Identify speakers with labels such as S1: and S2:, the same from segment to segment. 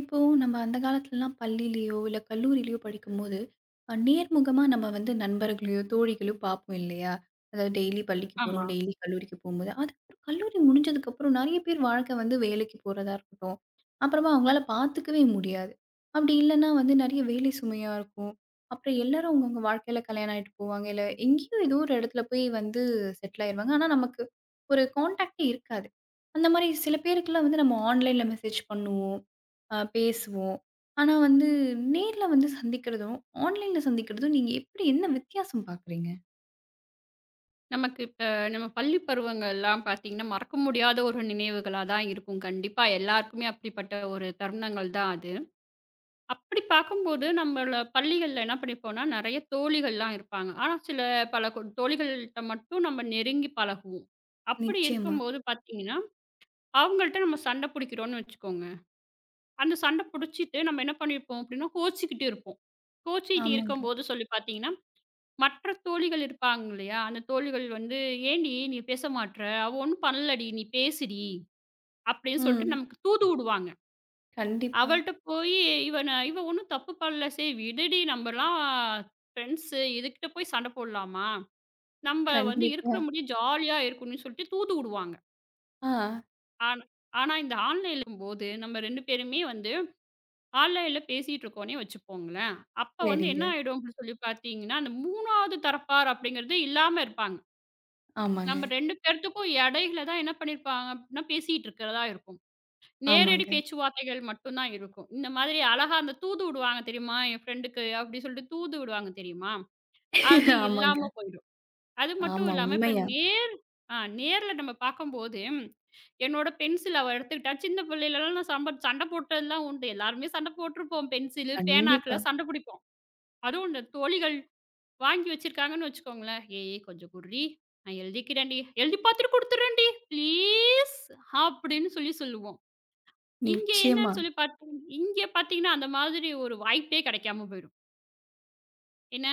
S1: இப்போ நம்ம அந்த காலத்துலலாம் பள்ளியிலயோ, இல்ல கல்லூரியிலயோ படிக்கும்போது, நேர்முகமா நம்ம வந்து நண்பர்களையோ, தோழிகளையோ பார்ப்போம் இல்லையா? அதாவது டெய்லி பள்ளிக்கு
S2: ஆமா.
S1: போறோம், டெய்லி கல்லூரிக்கு போம்போது. அதுக்கப்புறம் கல்லூரி முடிஞ்சதுக்கப்புறம் நெறைய பேர் வாழ்க்கை வந்து வேலைக்கு போறதா இருக்கட்டும். அப்புறமா அவங்களால பார்த்துக்கவே முடியாது. அப்படி இல்லன்னா வந்து நெறைய வேலை சுமையா இருக்கும். அப்புறம் எல்லாரும் அவங்கவங்க வாழ்க்கையில கல்யாணம் ஆயிட்டு போவாங்க. இல்ல எங்கேயோ ஏதோ ஒரு இடத்துல போய் வந்து செட்டில் ஆயிருவாங்க. ஆனா நமக்கு ஒரு கான்டாக்ட்டே இருக்காது. அந்த மாரி சில பேருக்குலாம் வந்து நம்ம ஆன்லைன்ல மெசேஜ் பண்ணுவோம். பேசுவோம். ஆனா வந்து நேர்ல வந்து சந்திக்கிறதும், ஆன்லைன்ல சந்திக்கிறதும் நீங்க எப்படி என்ன வித்தியாசம் பார்க்குறீங்க?
S2: நமக்கு இப்ப நம்ம பள்ளி பருவங்கள்லாம் பார்த்தீங்கன்னா, மறக்க முடியாத ஒரு நினைவுகளா தான் இருக்கும். கண்டிப்பா எல்லாருக்குமே அப்படிப்பட்ட ஒரு தருணங்கள் தான் அது. அப்படி பார்க்கும்போது நம்மள பள்ளிகள்ல என்ன பண்ணிப்போம்னா, நெறைய தோழிகள்லாம் இருப்பாங்க. ஆனா, சில பல கொ தோழிகள்ட்ட மட்டும் நம்ம நெருங்கி பழகுவோம். அப்படி
S1: நிச்சயமா.
S2: இருக்கும்போது பார்த்தீங்கன்னா, அவங்கள்ட்ட நம்ம சண்டை புடிக்கிறோம்னு வச்சுக்கோங்க. அந்த சண்டை புடிச்சிட்டு நம்ம என்ன பண்ணியிருப்போம் அப்படின்னா, கோச்சிக்கிட்டு இருப்போம். கோச்சிக்கிட்டு
S1: ஆமாங்க.
S2: இருக்கும்போது சொல்லி பார்த்தீங்கன்னா மற்ற தோழிகள் இருப்பாங்க இல்லையா? அந்த தோழிகள் வந்து, "ஏன்டி நீ பேச மாட்ற? அவ ஒண்ணும் பண்ணலடி, நீ பேசுடி" அப்படின்னு சொல்லிட்டு
S1: ம்.
S2: நமக்கு தூது விடுவாங்க.
S1: கண்டிப்பா,
S2: அவள்ட்ட போயி இவன, "இவ ஒண்ணும் தப்பு பண்ணல. சரி விடுடி நம்பலாம் ஃப்ரெண்ட்ஸு. இதுகிட்ட போய் சண்டை போடலாமா? நம்ப வந்து
S1: கண்டிப்பா.
S2: இருக்கிற முடியும் ஜாலியா இருக்கணும்னு" சொல்லிட்டு தூது விடுவாங்க.
S1: ஆ
S2: ஆனா ஆனா இந்த ஆன்லைன்ல இருக்கும்போது, நம்ம 2 பேருமே வந்து ஆன்லைன்ல பேசிட்டு இருக்கோன்னே வச்சுக்கோங்களேன். அப்ப வந்து என்ன
S1: சரிங்க.
S2: ஆயிடும் அப்படின்னு சொல்லி பார்த்தீங்கன்னா, அந்த 3வது தரப்பார் அப்படிங்கிறது இல்லாம இருப்பாங்க.
S1: ஆமாங்க,
S2: நம்ம 2 பேர்த்துக்கும் இடையில தான் என்ன பண்ணியிருப்பாங்க அப்படின்னா, பேசிட்டு இருக்கிறதா இருக்கும். நேரடி
S1: ஆமாங்க,
S2: பேச்சுவார்த்தைகள் மட்டும் தான் இருக்கும். இந்த மாதிரி அழகா அந்த தூது விடுவாங்க தெரியுமா? என் ஃப்ரெண்டுக்கு அப்படி சொல்லிட்டு தூது விடுவாங்க தெரியுமா? அது
S1: ஆமாங்க.
S2: இல்லாம அது மட்டும்
S1: ஆமா
S2: இல்லாம இப்ப
S1: உண்மையா.
S2: நேர்ல நம்ம பார்க்கும்போது, என்னோட பென்சில் அவ எடுத்துக்கிட்டா சின்ன பிள்ளைலலாம் நான் சண்டை போட்டதெல்லாம் உண்டு. எல்லாருமே சண்டை போட்டுருப்போம். பென்சிலு,
S1: கண்டிப்பா.
S2: பேனாக்குலாம் சண்டை பிடிப்போம். அதுவும் இந்த தோழிகள் வாங்கி வச்சிருக்காங்கன்னு வச்சுக்கோங்களேன். "ஏய் கொஞ்சம் குட்றி, நான் எழுதிக்கிறேன்டி. எழுதி பார்த்துட்டு குடுத்துர்றேன்டி. ப்ளீஸ்" அப்படின்னு சொல்லி சொல்லுவோம். இங்க
S1: நிச்சயமா.
S2: என்னன்னு சொல்லி பார்த்தீங் இங்க பார்த்தீங்கன்னா, அந்த மாதிரி ஒரு வாய்ப்பே கிடைக்காம போயிடும். என்ன,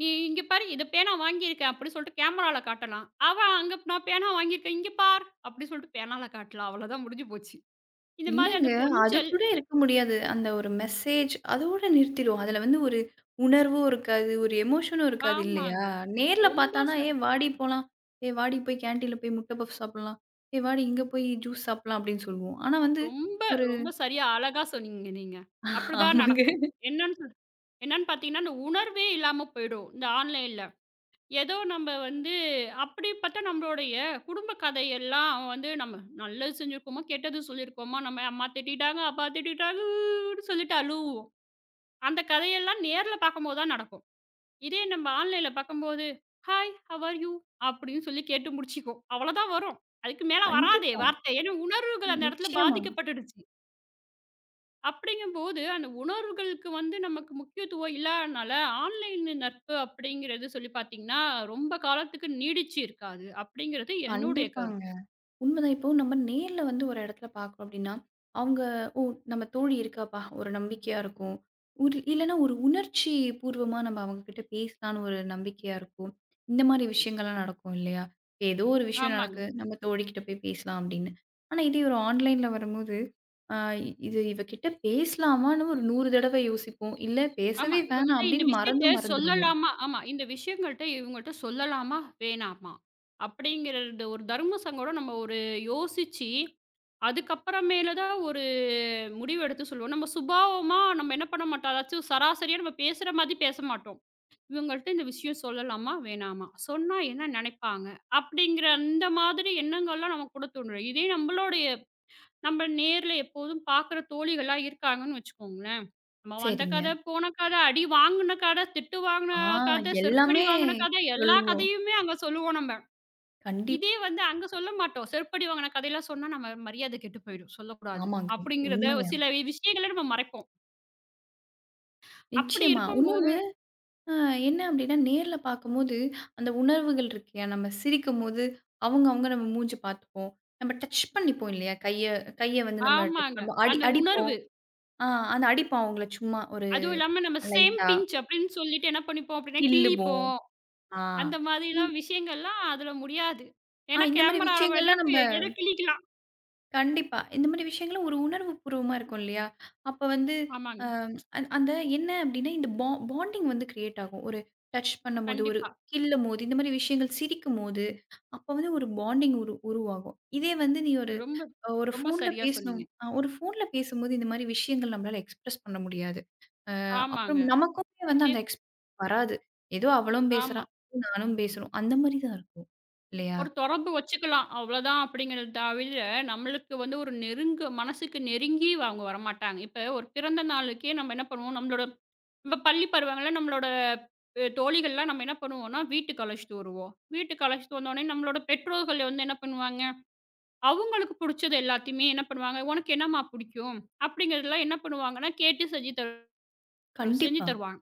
S2: "நீ இங்க பாரு இத பேனா வாங்கியிருக்கேன்" அப்படின்னு சொல்லிட்டு கேமரால காட்டலாம். அவன் அங்க, "நான் பேனா வாங்கியிருக்கேன், இங்க பார்" அப்படின்னு சொல்லிட்டு பேனால காட்டலாம். அவ்வளோதான் முடிஞ்சு போச்சு. இந்த மாதிரி
S1: இல்லங்க.
S2: அந்த கொஞ்சல்
S1: அதுக்கூட இருக்க முடியாது. அந்த ஒரு மெசேஜ் அதோட நிறுத்திரும். அதுல வந்து ஒரு உணர்வும் இருக்காது. ஒரு எமோஷனும் இருக்காது இல்லையா?
S2: ஆமாங்க.
S1: நேர்ல
S2: ரொம்ப
S1: பார்த்தானா,
S2: ச
S1: "ஏய் வாடி போலாம். ஏய் வாடி போய் கேன்டீன்ல போய் முட்டை பஃப் சாப்பிடலாம். ஏய் வாடி இங்க போய் ஜூஸ் சாப்பிடலாம்" அப்படின்னு சொல்லுவோம். ஆனா வந்து
S2: ரொம்ப
S1: ஒரு
S2: ரொம்ப சரியா அழகா சொன்னீங்க நீங்க. அப்படிதான்
S1: ஆமாங்க.
S2: நடக்கும். என்னன்னு சொல் என்னன்னு பார்த்தீங்கன்னா, அந்த உணர்வே இல்லாம போயிடும். இந்த ஆன்லைன்ல. ஏதோ நம்ம வந்து அப்படி பார்த்தா நம்மளுடைய குடும்ப கதையெல்லாம் வந்து நம்ம நல்லது செஞ்சிருக்கோமா, கெட்டது சொல்லியிருக்கோமா, நம்ம அம்மா திட்டிட்டாங்க, அப்பா திட்டிட்டாங்க ஊன்னு சொல்லிட்டு அழுவோம். அந்த கதையெல்லாம் நேர்ல பார்க்கும்போது தான் நடக்கும். இதே நம்ம ஆன்லைன்ல பார்க்கும்போது, "ஹாய், ஹவ் ஆர் யூ?" அப்படின்னு சொல்லி கேட்டு முடிச்சுக்குவோம். அவ்வளோதான் வரும். அதுக்கு மேல வராதே
S1: கண்டிப்பா.
S2: வார்த்தை. ஏன்னா உணர்வுகள் அந்த இடத்துல
S1: நிச்சயமா.
S2: பாதிக்கப்பட்டுடுச்சு. அப்படிங்கும்போது, அந்த உணர்வுகளுக்கு வந்து நமக்கு முக்கியத்துவம் இல்லாதனால, ஆன்லைன் நட்பு அப்படிங்கிறது சொல்லி பார்த்தீங்கன்னா, ரொம்ப காலத்துக்கு நீடிச்சு இருக்காது. அப்படிங்கிறது என்னுடைய
S1: கண்டிப்பாங்க.
S2: கருத்து.
S1: உண்மதான். இப்போ நம்ம நேர்ல வந்து ஒரு இடத்துல பார்க்குறோம் அப்படின்னா, அவங்க "ஓ! நம்ம தோழி இருக்காப்பா" ஒரு நம்பிக்கையா இருக்கும். ஒரு இல்லன்னா ஒரு உணர்ச்சி பூர்வமா நம்ம அவங்க கிட்ட பேசலான்னு ஒரு நம்பிக்கையா இருக்கும். இந்த மாரி விஷயங்கள்லாம் நடக்கும் இல்லையா? இப்ப ஏதோ ஒரு விஷயம்
S2: ஆமாங்க.
S1: நடக்கு, நம்ம தோழிகிட்ட போய் பேசலாம் அப்படின்னு. ஆனா இதே ஒரு ஆன்லைன்ல வரும்போது, ஆ இது இவகிட்ட பேசலாமான்னு ஒரு 100 தடவ யோசிப்போம். இல்ல
S2: ஆமா.
S1: பேசவே வேணாம்
S2: இவங்கட்ட இந்த
S1: அப்படின்னு
S2: விஷயத்த
S1: மறந்தும் மறந்துருவோம்.
S2: சொல்லலாமா? ஆமா. இந்த விஷயங்கள்ட்ட இவங்கள்ட்ட சொல்லலாமா? வேணாமா? அப்படிங்கிறது ஒரு தர்ம சங்கடம் நம்ம ஒரு யோசிச்சு, அதுக்கப்புறமேல தான் ஒரு முடிவு எடுத்து சொல்லுவோம். நம்ம சுபாவமா நம்ம என்ன பண்ண மாட்டோம். அதாச்சும் சராசரியா நம்ம பேசுற மாதிரி பேச மாட்டோம். இவங்கள்ட்ட இந்த விஷயம் சொல்லலாமா? வேணாமா? சொன்னா என்ன நினைப்பாங்க? அப்படிங்கிற அந்த மாதிரி எண்ணங்கள்லாம் நமக்குள்ள தோன்றும். இதே நம்மளுடைய நம்ம நேர்ல எப்போதும் பார்க்குற தோழிகளா இருக்காங்கன்னு வச்சுக்கோங்களேன், நம்ம வந்த
S1: சரிங்க.
S2: கதை, போன கதை, அடி வாங்குன கதை, திட்டு வாங்குன
S1: ஆ
S2: கதை, செருப்படி
S1: எல்லாமே
S2: வாங்குன கதை எல்லா
S1: சொல்லுவோம்.
S2: கதையுமே அங்க சொல்லுவோம் நம்ம.
S1: கண்டிப்
S2: இதே வந்து அங்க சொல்ல மாட்டோம். செருப்படி வாங்குன கதையெல்லாம் சொன்னா நம்ம மரியாதை கெட்டு போயிடும். சொல்லக்கூடாது.
S1: ஆமாங்க.
S2: அப்படிங்கிறத
S1: உண்மையா.
S2: சில விஷயங்கள நம்ம மறைப்போம். அப்படி
S1: நிச்சயமா.
S2: இருக்கும்போது
S1: இன்னொன்னு அ என்ன அப்டின்னா, நேர்ல பார்க்கும்போது, அந்த உணர்வுகள் இருக்கில்லையா, நம்ம சிரிக்கும்போது, அவங்க அவங்க நம்ம மூஞ்ச பார்த்துப்போம். நம்ம டச் பண்ணிப்போம் இல்லையா? கைய கைய வந்து நம்ம டச்
S2: ஆமாங்க.
S1: பண்ணுவோம். அடி
S2: அந்த
S1: அடிப்போம்.
S2: உணர்வு
S1: ஆ அந்த அடிப்போம் அவங்கள சும்மா ஒரு
S2: அதுவும் இல்லாம நம்ம சேம்
S1: லைட்டா,
S2: பிஞ்ச் அப்படின்னு சொல்லிட்டு என்ன பண்ணிப்போம் அப்படின்னா,
S1: கிள்ளுவோம்.
S2: கிள்ளிப்போம்.
S1: ஆ.
S2: அந்த
S1: இந்
S2: மாதிரிலாம் விஷயங்கள்லாம் அதுல முடியாது. ஏன்னா
S1: இந்த மாரி
S2: கேமரால வேணா
S1: விஷயங்கள்லாம்
S2: கி
S1: நம்ப
S2: எத கிள்ளிக்கலாம்.
S1: கண்டிப்பா. இந்த மாரி விஷயங்களும் ஒரு உணர்வு பூர்வமா இருக்கும் இல்லையா? அப்ப வந்து அ
S2: ஆமாங்க.
S1: அந்த என்ன அப்டின்னா, இந்த பாண்டிங் வந்து கிரியேட் ஆகும். ஒரு டச் பண்ணும்போது, ஒரு
S2: கண்டிப்பா.
S1: கில்லும்போது, இந்த மாரி விஷயங்கள் சிரிக்கும்போது, அப்ப வந்து ஒரு பாண்டிங் உருவாகும். இதே வந்து நீ ஒரு
S2: ரொம்ப
S1: ஒரு
S2: ரொம்ப
S1: ஃபோன்ல
S2: சரியா
S1: பேசணும்
S2: சொன்னீங்க.
S1: ஒரு ஃபோன்ல பேசும்போது இந்த மாரி விஷயங்கள் நம்மளால எக்ஸ்பிரஸ் பண்ண முடியாது.
S2: ஆமாங்க.
S1: அப்புறம் நமக்குமே வந்து
S2: இதே
S1: அந்த வராது. ஏதோ அவளும் பேசுறா,
S2: ஆமா.
S1: நானும் பேசுறோம். அந்த மாரி தான் இருக்கும். இல்லையா?
S2: ஒரு தொறப்பு வச்சுக்கலாம். அவ்வளோதான் அப்படிங்கிறத தவிர, நம்மளுக்கு வந்து ஒரு நெருங்க மனசுக்கு நெருங்கி அவங்க வரமாட்டாங்க. இப்ப ஒரு பிறந்த நாளுக்கே நம்ம என்ன பண்ணுவோம், நம்மளோட இப்ப பள்ளி பருவங்கள்ல நம்மளோட தோழிகள்லாம் நம்ம என்ன பண்ணுவோம்னா, வீட்டுக்கு அழைச்சிட்டு வருவோம். வீட்டுக்கு அழைச்சிட்டு வந்தோனே நம்மளோட பெற்றோர்கள் வந்து என்ன பண்ணுவாங்க, அவங்களுக்கு புடிச்சது எல்லாத்தையுமே என்ன பண்ணுவாங்க, "உனக்கு என்னம்மா புடிக்கும்?" அப்படிங்கிறதெல்லாம் என்ன பண்ணுவாங்கன்னா, கேட்டு செஞ்சு செஞ்சு
S1: கண்டிப்பா.
S2: தருவாங்க.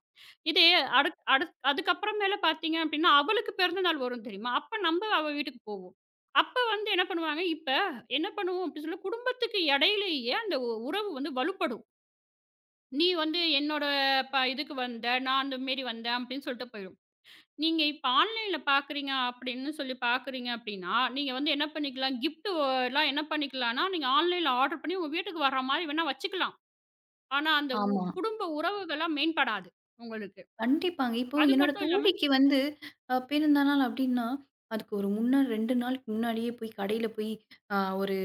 S2: இதே அடுத் அடுத் அதுக்கப்புறம் மேல பார்த்தீங்க அப்படின்னா, அவளுக்கு பிறந்தநாள் வரும் தெரியுமா? அப்ப நம்ம அவ வீட்டுக்கு போவோம். அப்ப வந்து என்ன பண்ணுவாங்க, இப்ப என்ன பண்ணுவோம் அப்படி சொல்லி குடும்பத்துக்கு இடையிலேயே அந்த உறவு வந்து வலுப்படும். நீ வந்து என்னோட இதுக்கு வந்த, நான் அந்த மாரி வந்தேன் அப்படின்னு சொல்லிட்டு போயிடும். நீங்க இப்ப ஆன்லைன்ல பார்க்குறீங்க அப்படின்னு சொல்லி பார்க்குறீங்க அப்படின்னா, நீங்க வந்து என்ன பண்ணிக்கலாம், கிஃப்ட் ஒ எல்லாம் என்ன பண்ணிக்கலாம்னா, நீங்க ஆன்லைன்ல ஆர்டர் பண்ணி உங்க வீட்டுக்கு வர்ற மாரி வேணா வச்சுக்கலாம். ஆனா அந்த
S1: ஆமா.
S2: குடும்ப உறவுகள்லாம் மேம்படாது உங்களுக்கு.
S1: கண்டிப்பாங்க. இப்போ
S2: அது
S1: என்னோட
S2: மட்டும் இல்லாம
S1: தோழிக்கு வந்து பிறந்த நாள் அப்டின்னா, அதுக்கு ஒரு முன்னா 2 நாளுக்கு முன்னாடியே போய் கடையில போய் அ ஒரு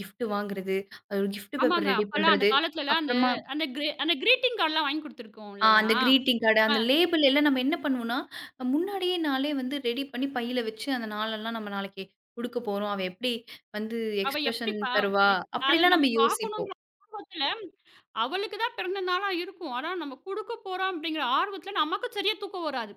S1: கிஃப்ட் வாங்குறது, அது ஒரு கிஃப்ட் பேப்பர்
S2: ஆமாங்க.
S1: ரெடி
S2: அப்பலாம் அந்த
S1: பண்றது,
S2: காலத்துலலாம் அந்த
S1: அப்புறமா
S2: அந்த கிரீ அந்த கிரீட்டிங் கார்ட்லாம் வாங்கி குடுத்துருக்கோம் இல்லையா?
S1: அந்த கிரீட்டிங் கார்டு, அந்த லேபிள் எல்லாம் நம்ம என்ன பண்ணுவோம்னா, முன்னாடியே நாளே வந்து ரெடி பண்ணி பையில வச்சு அந்த நாளெல்லாம் நம்ம நாளைக்கு குடுக்க போறோம். அவ எப்டி வந்து
S2: அவ
S1: எக்ஸ்பிரஷன்
S2: எப்படிப்பா
S1: தருவா?
S2: எக் அத
S1: அப்டிலாம்
S2: நம்ம
S1: நம்ம யோசிப்போம்.
S2: பார்க்கணுங்கிற ஆர்வத்துல, அவளுக்கு தான் பிறந்த நாளா இருக்கும். ஆனா நம்ம குடுக்க போறோம் அப்படிங்கிற ஆர்வத்துல நமக்கு சரியா தூக்கம் வராது.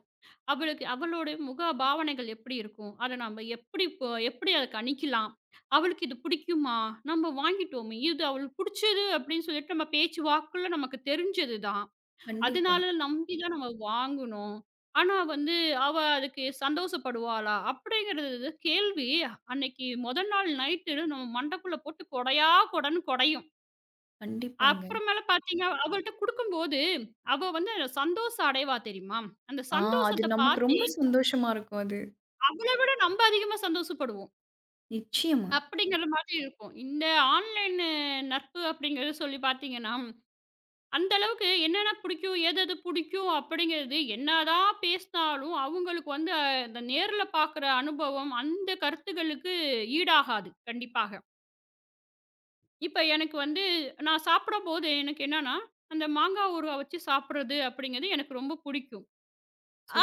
S2: அவளுக்கு அவளோட முக பாவனைகள் எப்படி இருக்கும்? அத நம்ம எப்படி அத கணிக்கலாம்? அவளுக்கு இது பிடிக்குமா? நம்ம வாங்கிட்டோமே! இது அவளுக்கு பிடிச்சது அப்படின்னு சொல்லிட்டு நம்ம பேச்சு வாக்குல நமக்கு தெரிஞ்சது தான்.
S1: கண்டிப்பா,
S2: அதனால நம்பி தான் நம்ம வாங்குனோம். ஆனா வந்து, அவ அதுக்கு சந்தோஷப்படுவாளா? அப்படிங்கிறது கேள்வி. அன்னைக்கு மொத நாள் நைட்டு நம்ம மண்டைக்குள்ள போட்டு கொடையா கொடன்னு கொடையும்.
S1: கண்டிப்பாங்க.
S2: அப்புறமேல பார்த்தீங்க அவள்ட்ட குடுக்கும்போது, அவ வந்து சந்தோஷம் அடைவா தெரியுமா? அந்த
S1: ஆ அது
S2: சந்தோஷத்த
S1: நமக்கு
S2: பார்த்தே
S1: ரொம்ப சந்தோஷமா இருக்கும் அது.
S2: அவள விட நம்ம அதிகமா சந்தோஷப்படுவோம்.
S1: நிச்சயமா.
S2: அப்படிங்கிற மாதிரி இருக்கும். இந்த ஆன்லைன் நட்பு அப்படிங்கிறது சொல்லி பார்த்தீங்கன்னா, அந்த அளவுக்கு என்னென்ன பிடிக்கும், எது எது பிடிக்கும் அப்படிங்கிறது என்னதான் பேசினாலும், அவங்களுக்கு வந்து அந்த நேர்ல பார்க்குற அனுபவம் அந்த கருத்துகளுக்கு ஈடாகாது கண்டிப்பாக. இப்ப எனக்கு வந்து நான் சாப்பிடும்போது எனக்கு என்னன்னா, அந்த மாங்காய் ஊறுகாய் வச்சு சாப்பிடுறது அப்படிங்கிறது எனக்கு ரொம்ப பிடிக்கும்.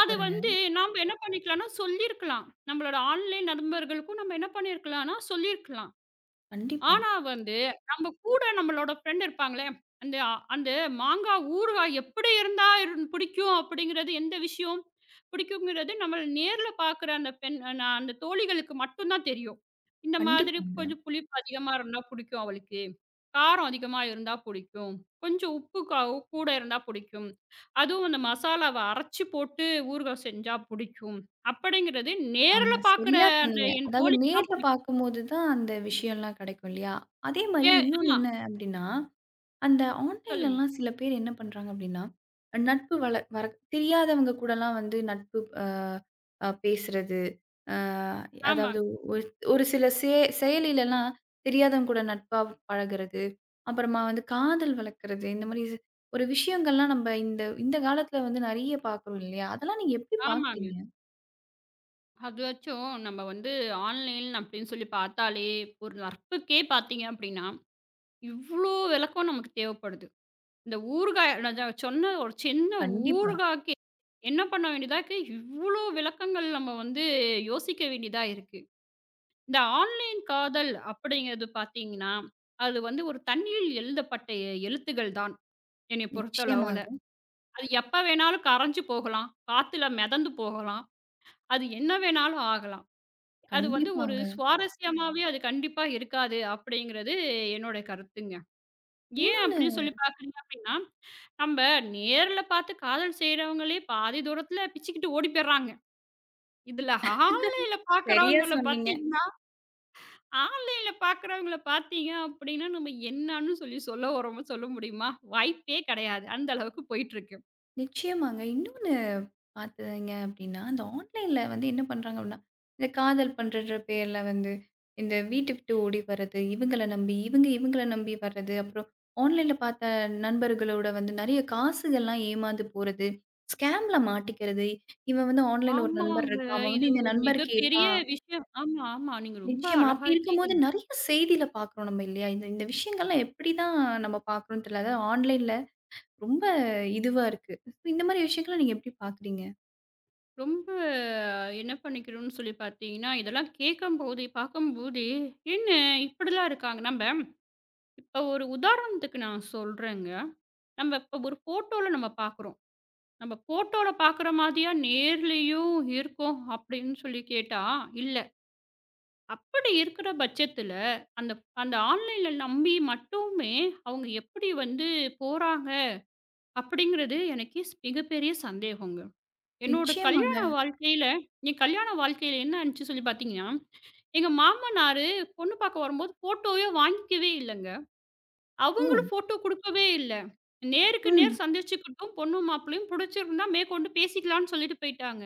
S2: அது வந்து நாம என்ன பண்ணிக்கலாம்னா சொல்லியிருக்கலாம். நம்மளோட ஆன்லைன் நண்பர்களுக்கும் நம்ம என்ன பண்ணியிருக்கலாம்னா சொல்லியிருக்கலாம்.
S1: கண்டிப்பா.
S2: ஆனா வந்து, நம்ம கூட நம்மளோட ஃப்ரெண்ட் இருப்பாங்களே, அந்த அந்த மாங்கா ஊறுகாய் எப்படி இருந்தா பிடிக்கும் அப்படிங்கிறது எந்த விஷயம் பிடிக்குங்கிறது, நம்மள நேர்ல பார்க்குற அந்த பெண் நா அந்த தோழிகளுக்கு மட்டும் தான் தெரியும். இந்த மாதிரி
S1: கண்டிப்பாங்க.
S2: கொஞ்சம் புளிப்பு அதிகமா இருந்தா பிடிக்கும் அவளுக்கு. காரம் அதிகமா இருந்தா பிடிக்கும். கொஞ்சம் உப்பு க கூட இருந்தா பிடிக்கும். அதுவும் அந்த மசாலாவ அரைச்சு போட்டு ஊறுகாய் செஞ்சா பிடிக்கும். அப்படிங்கிறது நேர்ல
S1: ஆமா,
S2: பார்க்குற
S1: சரியா
S2: அந்த
S1: சொன்னீங்க.
S2: என்
S1: அதாவது
S2: தோழிக்கு தான்
S1: நேர்ல
S2: பிடிக்கும்.
S1: பார்க்கும்போது தான் அந்த விஷயம்லாம் கிடைக்கும் இல்லையா? அதே மாரி
S2: ஏன்
S1: இன்னொன்னு
S2: ஆமா.
S1: என்ன அப்படின்னா, அந்த
S2: சொல்லுங்க.
S1: ஆன்லைன்லலாம் சில பேர் என்ன பண்றாங்க அப்படின்னா, நட்பு வள வர தெரியாதவங்க கூடலாம் வந்து நட்பு அ அ பேசுறது. அ அதாவது
S2: ஆமாங்க.
S1: ஒரு ஒரு சில செயலிலலாம் தெரியாதவங்க கூட நட்பா பழகுறது. அப்புறமா வந்து காதல் வளர்க்கறது. இந்த மாரி ஒரு விஷயங்கள்லாம் நம்ம இந்த இந்த காலத்துல வந்து நெறைய பார்க்குறோம் இல்லையா? அதெல்லாம் நீங்க எப்படி
S2: ஆமாங்க.
S1: பார்க்குறீங்க?
S2: அதுவாச்சும் நம்ம வந்து ஆன்லைன் அப்படின்னு சொல்லி பார்த்தாலே, ஒரு நற்புக்கே பார்த்தீங்க அப்படின்னா, இவ்ளோ விளக்கம் நமக்கு தேவைப்படுது. இந்த ஊறுகாய் நான் சொன்ன ஒரு சின்ன
S1: கண்டிப்பா.
S2: ஊறுகாய்க்கு என்ன பண்ண வேண்டியதா இருக்கு, இவ்ளோ விளக்கங்கள் நம்ம வந்து யோசிக்க வேண்டியதா இருக்கு. இந்த ஆன்லைன் காதல் அப்படிங்கிறது பார்த்தீங்கன்னா, அது வந்து ஒரு தண்ணீரில் எழுதப்பட்ட எழுத்துக்கள் தான் என்னைய பொறுத்தளவுல.
S1: நிச்சயமாங்க.
S2: அது எப்ப வேணாலும் கரைஞ்சு போகலாம், காத்துல மிதந்து போகலாம், அது என்ன வேணாலும் ஆகலாம். அது வந்து ஒரு
S1: கண்டிப்பாங்க.
S2: சுவாரஸ்யமாவே அது கண்டிப்பா இருக்காது அப்படிங்கிறது என்னோட கருத்துங்க. ஏன்
S1: இன்னும்
S2: அப்படின்னு சொல்லி பார்க்குறீங்க அப்படின்னா, நம்ம நேர்ல பார்த்து காதல் செய்றவங்களே பாதி தூரத்துல பிச்சுக்கிட்டு ஓடி போயிடுறாங்க. இதுல ஆன்லைன்ல
S1: சரியா
S2: பார்க்குறவங்கள
S1: சொன்னீங்க.
S2: பார்த்தீங்கன்னா ஆன்லைன்ல பார்க்குறவங்கள பார்த்தீங்க அப்படின்னா, நம்ம என்னான்னு சொல்லி சொல்ல வரோமா சொல்ல முடியுமா? வாய்ப்பே கிடையாது. அந்த அளவுக்கு போயிட்டுருக்கு.
S1: நிச்சயமாங்க. இன்னொன்னு பார்த்தீங்க அப்டின்னா, இந்த ஆன்லைன்ல வந்து என்ன பண்றாங்க அப்டின்னா, இந்த காதல் பண்றன்ற பேர்ல வந்து, இந்த வீட்ட விட்டு ஓடி வர்றது, இவங்கள நம்பி இவங்கள நம்பி வர்றது, அப்புறம் ஆன்லைன்ல பார்த்த நண்பர்களோட வந்து நெறைய காசுகள்லாம் ஏமாந்து போறது, ஸ்கேம்ல மாட்டிக்கிறது. இவன் வந்து ஆன்லைன்ல ஒரு நண்பர்
S2: ஆமாங்க.
S1: இருக்கான். அவன்
S2: இது
S1: வந்து இந்த
S2: ஒரு
S1: நண்பர்
S2: மிகப்பெரிய
S1: கேட்டான்.
S2: விஷயம். ஆமா, ஆமா. நீங்க ரொம்ப
S1: நிச்சயமா.
S2: அழகா
S1: அப்படி இருக்கும்போது
S2: கேக்குறீங்க.
S1: நெறைய செய்தியில பார்க்குறோம் நம்ம இல்லையா? இந்த இந்த விஷயங்கள்லாம் எப்படி தான் நம்ம பார்க்குறோம்ன்னு தெரியல. அதாவது ஆன்லைன்ல ரொம்ப இதுவா இருக்கு. இந்த மாரி விஷயங்கள நீங்க எப்படி பார்க்குறீங்க?
S2: ரொம்ப என்ன பண்ணிக்கிறோம்னு சொல்லி பார்த்தீங்கன்னா, இதெல்லாம் கேட்கும்போது பார்க்கும்போதே, என்ன இப்படிலாம் இருக்காங்க? நம்ப இப்ப ஒரு உதாரணத்துக்கு நான் சொல்றேங்க. நம்ம இப்ப ஒரு ஃபோட்டோல நம்ம பார்க்குறோம். நம்ம ஃபோட்டோல பார்க்குற மாதிரியா நேர்லயும் இருக்கும் அப்படின்னு சொல்லி கேட்டா, இல்ல. அப்படி இருக்கிற பட்சத்துல, அந்த அந்த ஆன்லைன்ல நம்பி மட்டுமே அவங்க எப்படி வந்து போறாங்க? அப்படிங்கிறது எனக்கே மிகப்பெரிய சந்தேகங்க. என்னோட
S1: நிச்சயமாங்க.
S2: கல்யாண வாழ்க்கையில என் கல்யாண வாழ்க்கையில என்ன ஆனுச்சு சொல்லி பார்த்தீங்கன்னா, எங்க மாமனாரு பொண்ணு பார்க்க வரும்போது ஃபோட்டோவே வாங்கிக்கவே இல்லங்க.
S1: ஓ!
S2: அவங்களும் ஃபோட்டோ குடுக்கவே இல்ல. நேருக்கு நேர்
S1: ம்.
S2: சந்திச்சுக்கிட்டும் பொண்ணும் மாப்பிள்ளையும் புடிச்சிருந்தா மேற்கொண்டு பேசிக்கலான்னு சொல்லிட்டு போயிட்டாங்க.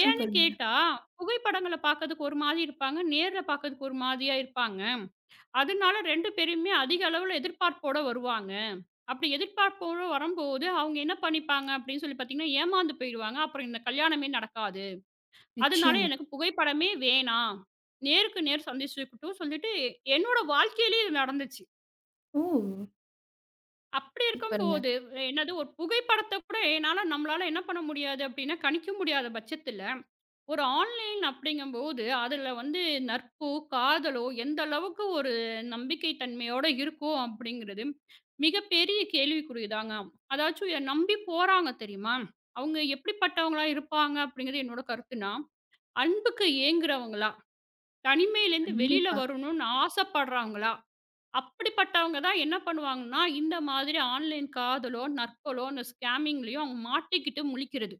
S2: ஏன்னு
S1: சூப்பருங்க.
S2: கேட்டா, புகைப்படங்கள பார்க்கறதுக்கு ஒரு மாதிரி இருப்பாங்க. நேர்ல பார்க்கறதுக்கு ஒரு மாதிரியா இருப்பாங்க. அதனால 2 பேருமே அதிக அளவுல எதிர்பார்ப்போட வருவாங்க. அப்படி எதிர்பார்ப்போட வரும்போது, அவங்க என்ன பண்ணிப்பாங்க அப்படின்னு சொல்லி பார்த்தீங்கன்னா, ஏமாந்து போயிடுவாங்க. அப்புறம் இந்த கல்யாணமே நடக்காது. அதனால
S1: நிச்சயமா.
S2: எனக்கு புகைப்படமே வேணாம். நேருக்கு நேர் சந்திச்சுக்கிட்டும் சொல்லிட்டு, என்னோட வாழ்க்கையிலேயே இது நடந்துச்சு.
S1: ஓ!
S2: அப்படி
S1: சூப்பருங்க.
S2: இருக்கும்போது, என்னது ஒரு புகைப்படத்த கூட நம்மளால என்ன பண்ண முடியாது அப்படின்னா, கணிக்க முடியாத பட்சத்தில, ஒரு ஆன்லைன் அப்படிங்கும்போது, அதுல வந்து நட்போ, காதலோ எந்த அளவுக்கு ஒரு நம்பிக்கை தன்மையோட இருக்கும் அப்படிங்கிறது, மிகப்பெரிய கேள்விக்குறி தாங்க. அதாச்சும் என்ன நம்பி போறாங்க தெரியுமா? அவங்க எப்படிப்பட்டவங்களா இருப்பாங்க அப்படிங்கிறது என்னோட கருத்துனா, அன்புக்கு ஏங்குறவங்களா? தனிமையிலேருந்து வெளியில
S1: கண்டிப்பா.
S2: வரணும்னு ஆசைப்படுறாங்களா? அப்படிப்பட்டவங்க தான் என்ன பண்ணுவாங்கன்னா, இந்த மாதிரி ஆன்லைன் காதலோ, நட்பலோ, இந்த ஸ்கேமிங்லயோ அவங்க மாட்டிக்கிட்டு முழிக்கிறது.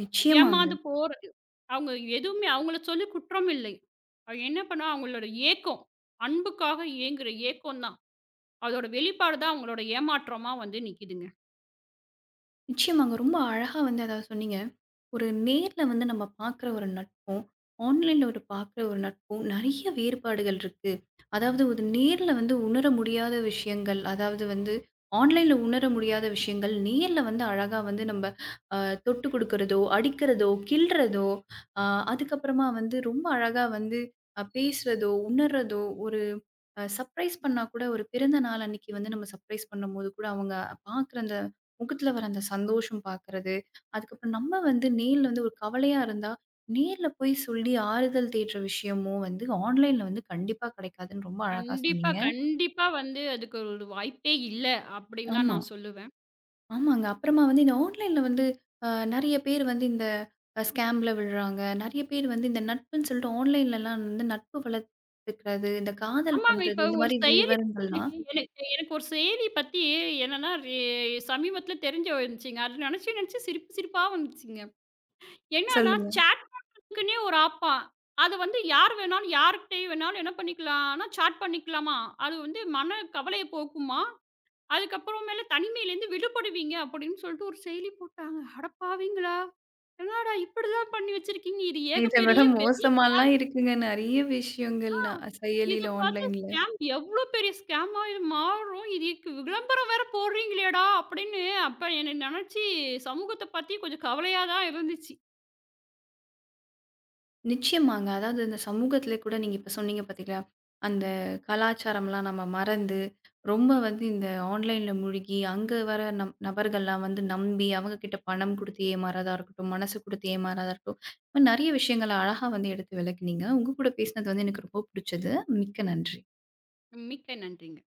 S1: நிச்சயமாங்க.
S2: ஏமாந்து போறது. அவங்க எதுவுமே அவங்கள சொல்லி குற்றம் இல்லை. அது என்ன பண்ணா அவங்களோட ஏக்கம், அன்புக்காக ஏங்குற ஏக்கம் தான். அதோட வெளிப்பாடு தான் அவங்களோட ஏமாற்றமா வந்து நிக்குதுங்க.
S1: நிச்சயமாங்க. ரொம்ப அழகா வந்து அதாவது சொன்னீங்க. ஒரு நேர்ல வந்து நம்ம பார்க்குற ஒரு நட்பும், ஆன்லைன்ல ஒரு பார்க்குற ஒரு நட்பும் நெறைய வேறுபாடுகள் இருக்கு. அதாவது ஒரு நேர்ல வந்து உணர முடியாத விஷயங்கள், அதாவது வந்து ஆன்லைன்ல உணர முடியாத விஷயங்கள், நேர்ல வந்து அழகா வந்து நம்ம அ தொட்டு குடுக்குறதோ, அடிக்கிறதோ, கிள்றதோ, அ அதுக்கப்புறமா வந்து ரொம்ப அழகா வந்து பேசுறதோ, உணர்றதோ ஒரு சர்ப்ரைஸ் பண்ணா கூட ஒரு பிறந்த நாள் அன்னைக்கு வந்து நம்ம சர்ப்ரைஸ் பண்ணும்போது கூட அவங்க பார்க்குற அந்த முகத்துல வர அந்த சந்தோஷம் பார்க்குறது, அதுக்கப்புறம் நம்ம வந்து நேர்ல வந்து ஒரு கவலையா இருந்தா, நேர்ல போய் சொல்லி ஆறுதல் தேடுற விஷயமும் வந்து ஆன்லைன்ல வந்து கண்டிப்பா கிடைக்காதுன்னு ரொம்ப அழகா
S2: கண்டிப்பா,
S1: சொன்னீங்க.
S2: கண்டிப்பா வந்து அதுக்கு ஒரு வாய்ப்பே இல்ல அப்படின்னு தான்
S1: ஆமா.
S2: நான் சொல்லுவேன்.
S1: ஆமாங்க. அப்புறமா வந்து இந்த ஆன்லைன்ல வந்து அ நெறைய பேர் வந்து இந்த ஸ்கேம்ல விழுறாங்க. நெறைய பேர் வந்து இந்த நட்புன்னு சொல்லிட்டு ஆன்லைன்லலாம் வந்து நட்பு வளர்த்துக்கிறது, இந்த காதல்
S2: ஆமாங்க.
S1: பண்றது
S2: இப்ப
S1: இந்த
S2: ஒரு
S1: மாரி
S2: செயலி
S1: விவரங்கள்லாம்
S2: எனக்கு எனக்கு எனக்கு ஒரு செயலி பத்தி என்னன்னா, சமீபத்தில தெரிஞ்சு வந்துச்சுங்க. அது நெனச்சு நெனச்சு சிரிப்பு சிரிப்பா வந்துச்சுங்க. என்னன்னா,
S1: சொல்லுங்க.
S2: சாட் பண்றதுக்குன்னே ஒரு ஆப்பாம். அது வந்து யார் வேணாலும் யார்கிட்டயும் வேணாலும் என்ன பண்ணிக்கலாம்னா, சாட் பண்ணிக்கலாமாம். அது வந்து மன கவலைய போக்குமாம். அதுக்கப்புறமேல தனிமையிலேருந்து விடுபடுவீங்க அப்படின்னு சொல்லிட்டு ஒரு செயலி போட்டாங்க. அட பாவிங்களா! என்னடா இப்படிலாம் பண்ணி வச்சிருக்கீங்க. இது
S1: இத விட
S2: ஏகப்பெரிய
S1: மோசமாலாம் இருக்குங்க. நெறைய விஷயங்கள் நான் செயலில,
S2: இத பாத்து
S1: ஆன்லைன்ல.
S2: ஸ்கேம் எவ்ளோ பெரிய ஸ்கேமா இது மாறும். இதுக்கு விளம்பரம் வேற போடுறீங்களேடா! அப்படின்னு அப்ப என்ன நெனச்சு சமூகத்த பத்தி கொஞ்சம் கவலையா தான் இருந்துச்சு.
S1: நிச்சயமாங்க. அதாவது இந்த சமூகத்திலே கூட நீங்க இப்ப சொன்னீங்க பார்த்தீங்களா? அந்த கலாச்சாரம்லாம் நம்ம மறந்து, ரொம்ப வந்து இந்த ஆன்லைன்ல மூழ்கி, அங்க வர நம் நபர்கள்லாம் வந்து நம்பி, அவங்க கிட்ட பணம் குடுத்து ஏமாறதா இருக்கட்டும், மனசு குடுத்து ஏமாறதா இருக்கட்டும். இந்த மாரி நெறைய விஷயங்கள அழகா வந்து எடுத்து விளக்குனீங்க. உங்க கூட பேசினது வந்து எனக்கு ரொம்ப புடிச்சது. மிக்க நன்றி.
S2: மிக்க நன்றிங்க.